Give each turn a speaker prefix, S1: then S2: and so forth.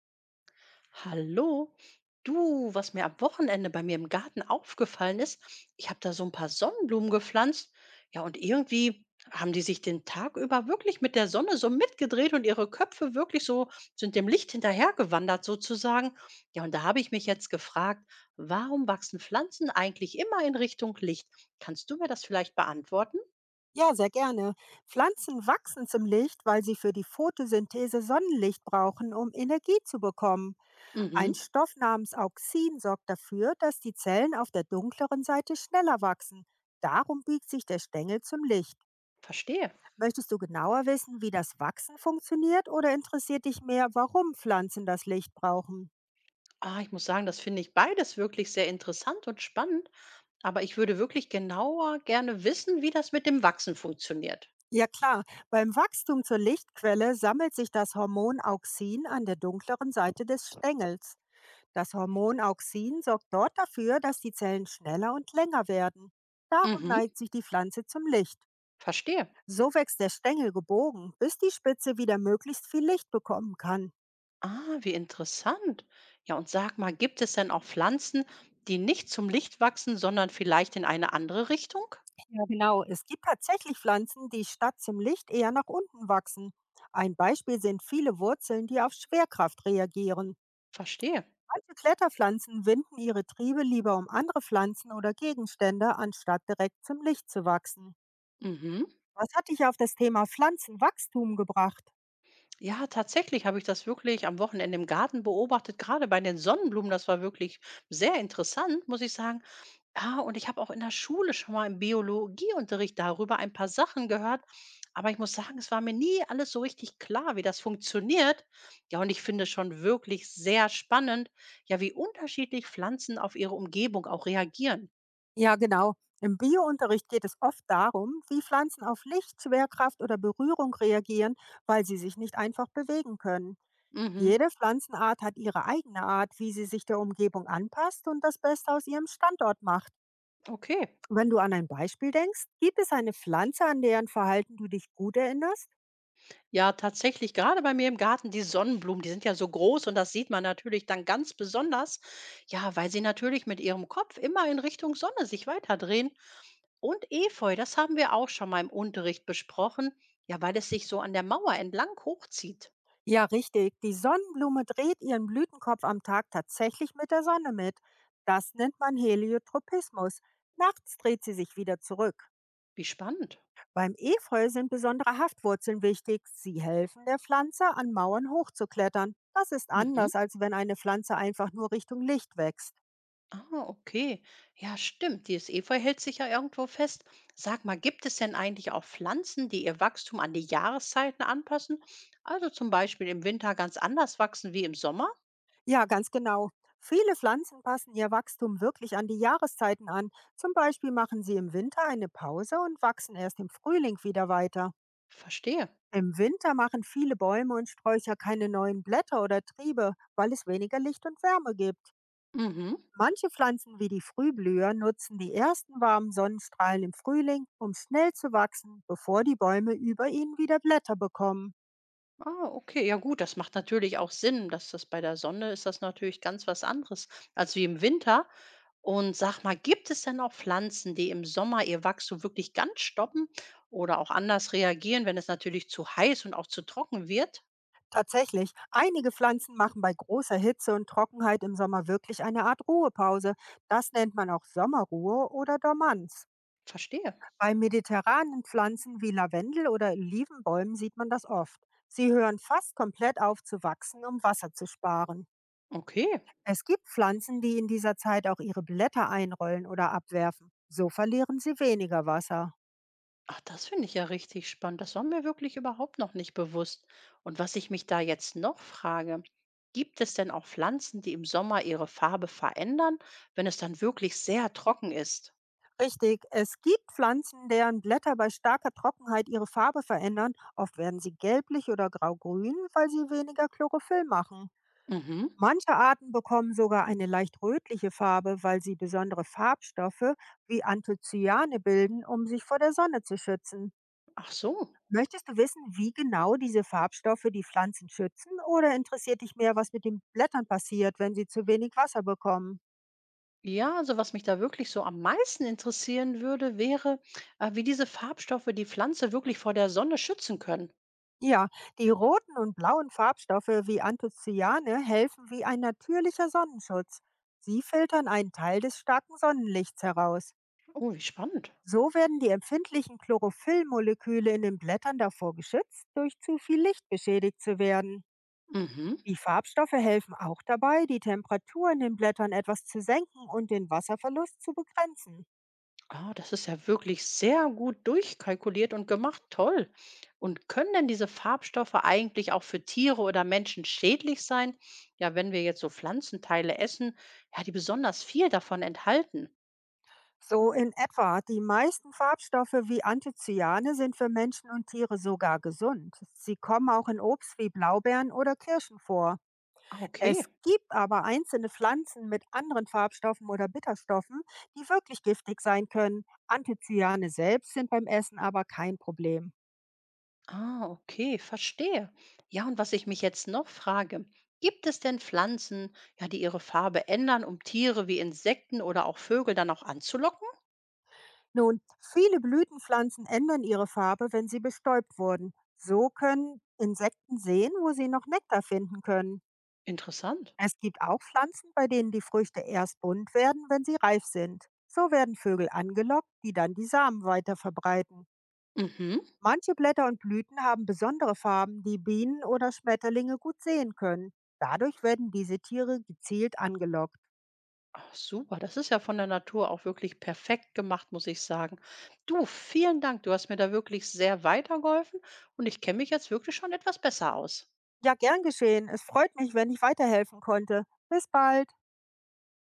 S1: Hallo, du, was mir am Wochenende bei mir im Garten aufgefallen ist, ich habe da so ein paar Sonnenblumen gepflanzt. Ja, und irgendwie haben die sich den Tag über wirklich mit der Sonne so mitgedreht und ihre Köpfe wirklich so sind dem Licht hinterhergewandert sozusagen. Ja, und da habe ich mich jetzt gefragt, warum wachsen Pflanzen eigentlich immer in Richtung Licht? Kannst du mir das vielleicht beantworten?
S2: Ja, sehr gerne. Pflanzen wachsen zum Licht, weil sie für die Photosynthese Sonnenlicht brauchen, um Energie zu bekommen.
S1: Mhm,
S2: Ein Stoff namens Auxin sorgt dafür, dass die Zellen auf der dunkleren Seite schneller wachsen. Darum biegt sich der Stängel zum Licht.
S1: verstehe.
S2: Möchtest du genauer wissen, wie das Wachsen funktioniert, oder interessiert dich mehr, warum Pflanzen das Licht brauchen?
S1: Ah, ich muss sagen, das finde ich beides wirklich sehr interessant und spannend. Aber ich würde wirklich genauer gerne wissen, wie das mit dem Wachsen funktioniert.
S2: Ja klar, beim Wachstum zur Lichtquelle sammelt sich das Hormon Auxin an der dunkleren Seite des Stängels. Das Hormon Auxin sorgt dort dafür, dass die Zellen schneller und länger werden. Darum
S1: Mhm.
S2: neigt sich die Pflanze zum Licht.
S1: Verstehe.
S2: So wächst der Stängel gebogen, bis die Spitze wieder möglichst viel Licht bekommen kann.
S1: Ah, wie interessant. Ja, und sag mal, gibt es denn auch Pflanzen, die nicht zum Licht wachsen, sondern vielleicht in eine andere Richtung?
S2: Ja, genau, es gibt tatsächlich Pflanzen, die statt zum Licht eher nach unten wachsen. Ein Beispiel sind viele Wurzeln, die auf Schwerkraft reagieren.
S1: Verstehe.
S2: Manche Kletterpflanzen winden ihre Triebe lieber um andere Pflanzen oder Gegenstände, anstatt direkt zum Licht zu wachsen.
S1: Mhm.
S2: Was hat dich auf das Thema Pflanzenwachstum gebracht?
S1: Ja, tatsächlich habe ich das wirklich am Wochenende im Garten beobachtet, gerade bei den Sonnenblumen. Das war wirklich sehr interessant, muss ich sagen. Ja, und ich habe auch in der Schule schon mal im Biologieunterricht darüber ein paar Sachen gehört. Aber ich muss sagen, es war mir nie alles so richtig klar, wie das funktioniert. Ja, und ich finde es schon wirklich sehr spannend, ja, wie unterschiedlich Pflanzen auf ihre Umgebung auch reagieren.
S2: Ja, genau. Im Biounterricht geht es oft darum, wie Pflanzen auf Licht, Schwerkraft oder Berührung reagieren, weil sie sich nicht einfach bewegen können.
S1: Mhm.
S2: Jede Pflanzenart hat ihre eigene Art, wie sie sich der Umgebung anpasst und das Beste aus ihrem Standort macht.
S1: Okay.
S2: Wenn du an ein Beispiel denkst, gibt es eine Pflanze, an deren Verhalten du dich gut erinnerst?
S1: Ja, tatsächlich, gerade bei mir im Garten, die Sonnenblumen, die sind ja so groß und das sieht man natürlich dann ganz besonders. Ja, weil sie natürlich mit ihrem Kopf immer in Richtung Sonne sich weiterdrehen. Und Efeu, das haben wir auch schon mal im Unterricht besprochen, ja, weil es sich so an der Mauer entlang hochzieht.
S2: Ja, richtig. Die Sonnenblume dreht ihren Blütenkopf am Tag tatsächlich mit der Sonne mit. Das nennt man Heliotropismus. Nachts dreht sie sich wieder zurück.
S1: Wie spannend.
S2: Beim Efeu sind besondere Haftwurzeln wichtig. Sie helfen der Pflanze, an Mauern hochzuklettern. Das ist
S1: Mhm.
S2: anders, als wenn eine Pflanze einfach nur Richtung Licht wächst.
S1: Ah, okay. Ja, stimmt. Dieses Efeu hält sich ja irgendwo fest. Sag mal, gibt es denn eigentlich auch Pflanzen, die ihr Wachstum an die Jahreszeiten anpassen? Also zum Beispiel im Winter ganz anders wachsen wie im Sommer?
S2: Ja, ganz genau. Viele Pflanzen passen ihr Wachstum wirklich an die Jahreszeiten an. Zum Beispiel machen sie im Winter eine Pause und wachsen erst im Frühling wieder weiter.
S1: Verstehe.
S2: Im Winter machen viele Bäume und Sträucher keine neuen Blätter oder Triebe, weil es weniger Licht und Wärme gibt.
S1: Mhm.
S2: Manche Pflanzen wie die Frühblüher nutzen die ersten warmen Sonnenstrahlen im Frühling, um schnell zu wachsen, bevor die Bäume über ihnen wieder Blätter bekommen.
S1: Ah, okay. Ja gut, das macht natürlich auch Sinn, dass das bei der Sonne ist das natürlich ganz was anderes als wie im Winter. Und sag mal, gibt es denn auch Pflanzen, die im Sommer ihr Wachstum wirklich ganz stoppen oder auch anders reagieren, wenn es natürlich zu heiß und auch zu trocken wird?
S2: Tatsächlich, einige Pflanzen machen bei großer Hitze und Trockenheit im Sommer wirklich eine Art Ruhepause. Das nennt man auch Sommerruhe oder Dormanz.
S1: Verstehe.
S2: Bei mediterranen Pflanzen wie Lavendel oder Olivenbäumen sieht man das oft. Sie hören fast komplett auf zu wachsen, um Wasser zu sparen.
S1: Okay.
S2: Es gibt Pflanzen, die in dieser Zeit auch ihre Blätter einrollen oder abwerfen. So verlieren sie weniger Wasser.
S1: Ach, das finde ich ja richtig spannend. Das war mir wirklich überhaupt noch nicht bewusst. Und was ich mich da jetzt noch frage, gibt es denn auch Pflanzen, die im Sommer ihre Farbe verändern, wenn es dann wirklich sehr trocken ist?
S2: Richtig, es gibt Pflanzen, deren Blätter bei starker Trockenheit ihre Farbe verändern. Oft werden sie gelblich oder graugrün, weil sie weniger Chlorophyll machen.
S1: Mhm.
S2: Manche Arten bekommen sogar eine leicht rötliche Farbe, weil sie besondere Farbstoffe wie Anthocyane bilden, um sich vor der Sonne zu schützen.
S1: Ach so.
S2: Möchtest du wissen, wie genau diese Farbstoffe die Pflanzen schützen, oder interessiert dich mehr, was mit den Blättern passiert, wenn sie zu wenig Wasser bekommen?
S1: Ja, also was mich da wirklich so am meisten interessieren würde, wäre, wie diese Farbstoffe die Pflanze wirklich vor der Sonne schützen können.
S2: Ja, die roten und blauen Farbstoffe wie Anthocyane helfen wie ein natürlicher Sonnenschutz. Sie filtern einen Teil des starken Sonnenlichts heraus.
S1: Oh, wie spannend.
S2: So werden die empfindlichen Chlorophyllmoleküle in den Blättern davor geschützt, durch zu viel Licht beschädigt zu werden.
S1: Mhm.
S2: Die Farbstoffe helfen auch dabei, die Temperatur in den Blättern etwas zu senken und den Wasserverlust zu begrenzen.
S1: Ah, das ist ja wirklich sehr gut durchkalkuliert und gemacht. Toll. Und können denn diese Farbstoffe eigentlich auch für Tiere oder Menschen schädlich sein? Ja, wenn wir jetzt so Pflanzenteile essen, ja, die besonders viel davon enthalten.
S2: So in etwa. Die meisten Farbstoffe wie Anthocyane sind für Menschen und Tiere sogar gesund. Sie kommen auch in Obst wie Blaubeeren oder Kirschen vor.
S1: Ah, okay.
S2: Es gibt aber einzelne Pflanzen mit anderen Farbstoffen oder Bitterstoffen, die wirklich giftig sein können. Anthocyane selbst sind beim Essen aber kein Problem.
S1: Ah, okay, verstehe. Ja, und was ich mich jetzt noch frage, gibt es denn Pflanzen, ja, die ihre Farbe ändern, um Tiere wie Insekten oder auch Vögel dann auch anzulocken?
S2: Nun, viele Blütenpflanzen ändern ihre Farbe, wenn sie bestäubt wurden. So können Insekten sehen, wo sie noch Nektar finden können.
S1: Interessant.
S2: Es gibt auch Pflanzen, bei denen die Früchte erst bunt werden, wenn sie reif sind. So werden Vögel angelockt, die dann die Samen weiter verbreiten.
S1: Mhm.
S2: Manche Blätter und Blüten haben besondere Farben, die Bienen oder Schmetterlinge gut sehen können. Dadurch werden diese Tiere gezielt angelockt.
S1: Ach, super, das ist ja von der Natur auch wirklich perfekt gemacht, muss ich sagen. Du, vielen Dank, du hast mir da wirklich sehr weitergeholfen und ich kenne mich jetzt wirklich schon etwas besser aus.
S2: Ja, gern geschehen. Es freut mich, wenn ich weiterhelfen konnte. Bis bald.